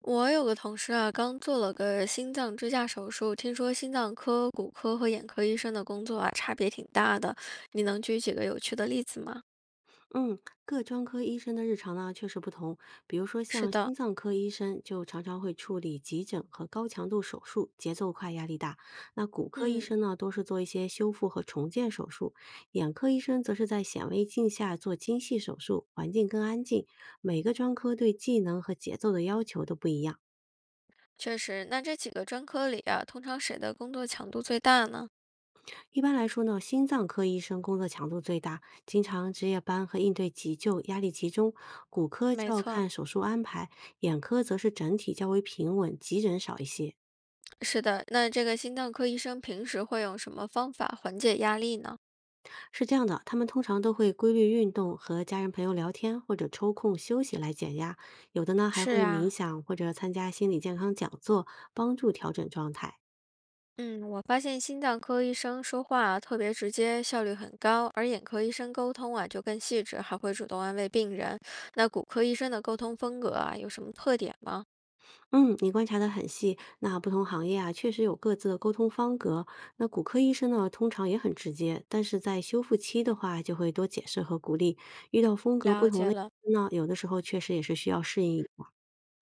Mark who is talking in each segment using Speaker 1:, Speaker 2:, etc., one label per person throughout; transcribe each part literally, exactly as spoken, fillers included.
Speaker 1: 我有个同事啊，刚做了个心脏支架手术，听说心脏科、骨科和眼科医生的工作啊，差别挺大的。你能举几个有趣的例子吗？
Speaker 2: 嗯，各专科医生的日常呢确实不同。比如说，
Speaker 1: 是
Speaker 2: 像
Speaker 1: 的。
Speaker 2: 心脏科医生就常常会处理急诊和高强度手术，节奏快，压力大。那骨科医
Speaker 1: 嗯，
Speaker 2: 生呢，多是做一些修复和重建手术；眼科医生则是在显微镜下做精细手术，环境更安静。每个专科对技能和节奏的要求都不一样。
Speaker 1: 确实。那这几个专科里啊，通常谁的工作强度最大呢？
Speaker 2: 一般来说呢，心脏科医生工作强度最大，经常值夜班和应对急救，压力集中；骨科就
Speaker 1: 没
Speaker 2: 要
Speaker 1: 错。
Speaker 2: 看手术安排，眼科则是整体较为平稳，急诊少一些。
Speaker 1: 是的。那这个心脏科医生平时会用什么方法缓解压力呢？
Speaker 2: 是这样的，他们通常都会规律运动，和家人朋友聊天，或者抽空休息来减压。有的呢，还
Speaker 1: 是
Speaker 2: 会冥
Speaker 1: 啊。
Speaker 2: 想或者参加心理健康讲座，帮助调整状态。
Speaker 1: 嗯，我发现心脏科医生说话啊特别直接，效率很高，而眼科医生沟通啊就更细致，还会主动安慰病人。那骨科医生的沟通风格啊有什么特点吗？
Speaker 2: 嗯，你观察得很细。那不同行业啊，确实有各自的沟通方格。那骨科医生呢，通常也很直接，但是在修复期的话，就会多解释和鼓励。遇到风格不
Speaker 1: 了
Speaker 2: 同
Speaker 1: 解
Speaker 2: 的医
Speaker 1: 了。
Speaker 2: 生呢，有的时候确实也是需要适应一下。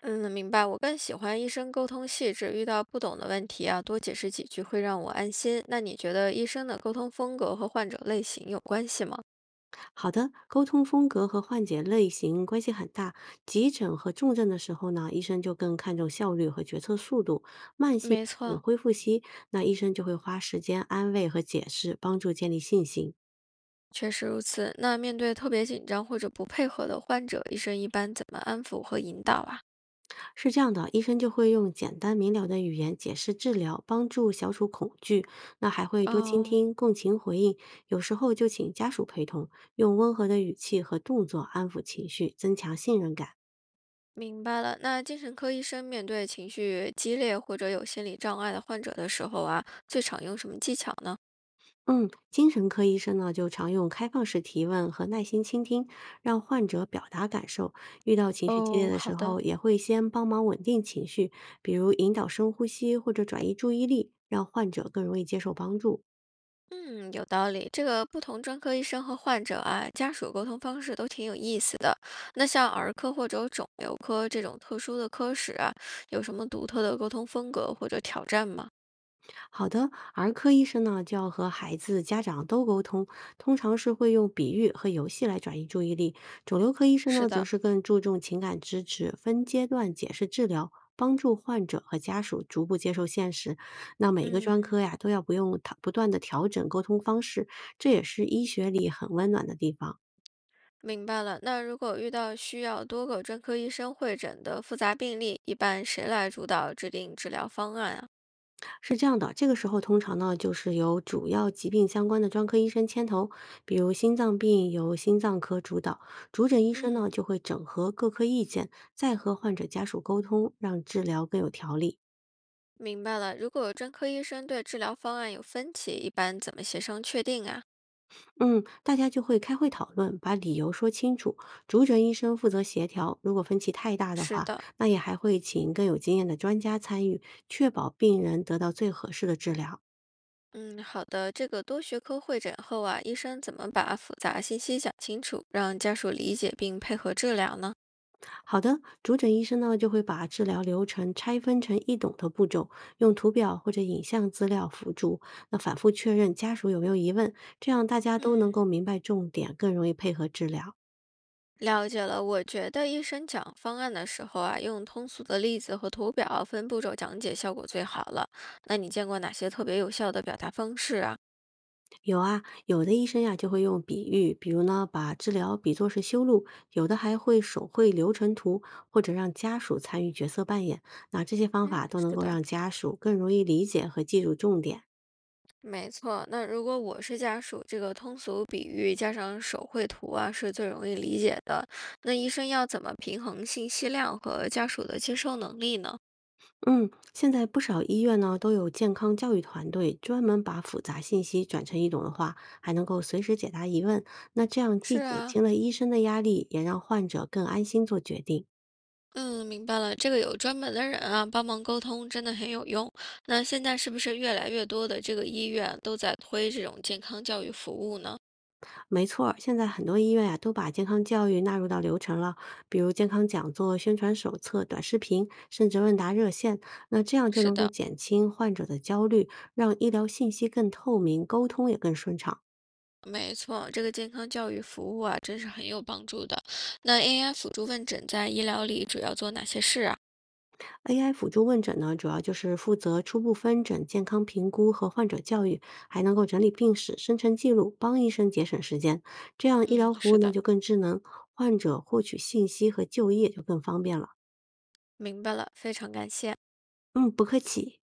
Speaker 1: 嗯，明白。我更喜欢医生沟通细致，遇到不懂的问题啊，多解释几句会让我安心。那你觉得医生的沟通风格和患者类型有关系吗？
Speaker 2: 好的，沟通风格和患者类型关系很大。急诊和重症的时候呢，医生就更看重效率和决策速度。慢性。
Speaker 1: 没错。
Speaker 2: 恢复期，那医生就会花时间安慰和解释，帮助建立信心。
Speaker 1: 确实如此。那面对特别紧张或者不配合的患者，医生一般怎么安抚和引导啊？
Speaker 2: 是这样的，医生就会用简单明了的语言解释治疗，帮助消除恐惧。那还会多倾
Speaker 1: 哦，
Speaker 2: 听、共情回应，有时候就请家属陪同，用温和的语气和动作安抚情绪，增强信任感。
Speaker 1: 明白了，那精神科医生面对情绪激烈或者有心理障碍的患者的时候啊，最常用什么技巧呢？
Speaker 2: 嗯，精神科医生呢，就常用开放式提问和耐心倾听，让患者表达感受。遇到情绪激烈
Speaker 1: 哦，
Speaker 2: 的
Speaker 1: 好
Speaker 2: 时
Speaker 1: 的。
Speaker 2: 候，也会先帮忙稳定情绪，比如引导深呼吸或者转移注意力，让患者更容易接受帮助。
Speaker 1: 嗯，有道理。这个不同专科医生和患者啊，家属沟通方式都挺有意思的。那像儿科或者肿瘤科这种特殊的科室啊，有什么独特的沟通风格或者挑战吗？
Speaker 2: 好的，儿科医生呢就要和孩子、家长都沟通，通常是会用比喻和游戏来转移注意力。肿瘤科医生
Speaker 1: 是
Speaker 2: 呢，则
Speaker 1: 的。
Speaker 2: 是更注重情感支持，分阶段解释治疗，帮助患者和家属逐步接受现实。那每个专
Speaker 1: 嗯，
Speaker 2: 科呀，都要不用它不断的调整沟通方式，这也是医学里很温暖的地方。
Speaker 1: 明白了。那如果遇到需要多个专科医生会诊的复杂病例，一般谁来主导制定治疗方案啊？
Speaker 2: 是这样的，这个时候通常呢，就是由主要疾病相关的专科医生牵头，比如心脏病由心脏科主导，主诊医生呢
Speaker 1: 嗯。
Speaker 2: 就会整合各科意见，再和患者家属沟通，让治疗更有条理。
Speaker 1: 明白了，如果专科医生对治疗方案有分歧，一般怎么协商确定啊？
Speaker 2: 嗯，大家就会开会讨论，把理由说清楚。主诊医生负责协调，如果分歧太大的
Speaker 1: 是
Speaker 2: 话，
Speaker 1: 的。
Speaker 2: 那也还会请更有经验的专家参与，确保病人得到最合适的治疗。
Speaker 1: 嗯，好的。这个多学科会诊后啊，医生怎么把复杂信息讲清楚，让家属理解并配合治疗呢？
Speaker 2: 好的，主诊医生呢就会把治疗流程拆分成易懂的步骤，用图表或者影像资料辅助，那反复确认家属有没有疑问，这样大家都能够
Speaker 1: 嗯，
Speaker 2: 明白重点，更容易配合治疗。
Speaker 1: 了解了，我觉得医生讲方案的时候啊，用通俗的例子和图表分步骤讲解效果最好了。那你见过哪些特别有效的表达方式啊？
Speaker 2: 有啊，有的医生呀就会用比喻，比如呢把治疗比作是修路，有的还会手绘流程图，或者让家属参与角色扮演。那这些方法
Speaker 1: 嗯，
Speaker 2: 都能
Speaker 1: 是
Speaker 2: 够
Speaker 1: 的。
Speaker 2: 让家属更容易理解和记住重点。
Speaker 1: 没错，那如果我是家属，这个通俗比喻加上手绘图啊，是最容易理解的。那医生要怎么平衡信息量和家属的接受能力呢？
Speaker 2: 嗯，现在不少医院呢都有健康教育团队，专门把复杂信息转成易懂的话，还能够随时解答疑问。那这样既
Speaker 1: 是
Speaker 2: 减
Speaker 1: 啊。
Speaker 2: 轻了医生的压力，也让患者更安心做决定。
Speaker 1: 嗯，明白了，这个有专门的人啊帮忙沟通，真的很有用。那现在是不是越来越多的这个医院都在推这种健康教育服务呢？
Speaker 2: 没错儿现在很多医院呀、都把健康教育纳入到流程了，比如健康讲座、宣传手册、短视频，甚至问答热线。那这样就
Speaker 1: 是
Speaker 2: 能够
Speaker 1: 的。
Speaker 2: 减轻患者的焦虑，让医疗信息更透明，沟通也更顺畅。
Speaker 1: 没错，这个健康教育服务啊，真是很有帮助的。那 A I 辅助问诊在医疗里主要做哪些事啊？
Speaker 2: A I 辅助问诊呢，主要就是负责初步分诊、健康评估和患者教育，还能够整理病史、生成记录，帮医生节省时间。这样医疗
Speaker 1: 嗯，
Speaker 2: 服务
Speaker 1: 是
Speaker 2: 呢
Speaker 1: 的。
Speaker 2: 就更智能，患者获取信息和就业就更方便了。
Speaker 1: 明白了，非常感谢。
Speaker 2: 嗯，不客气。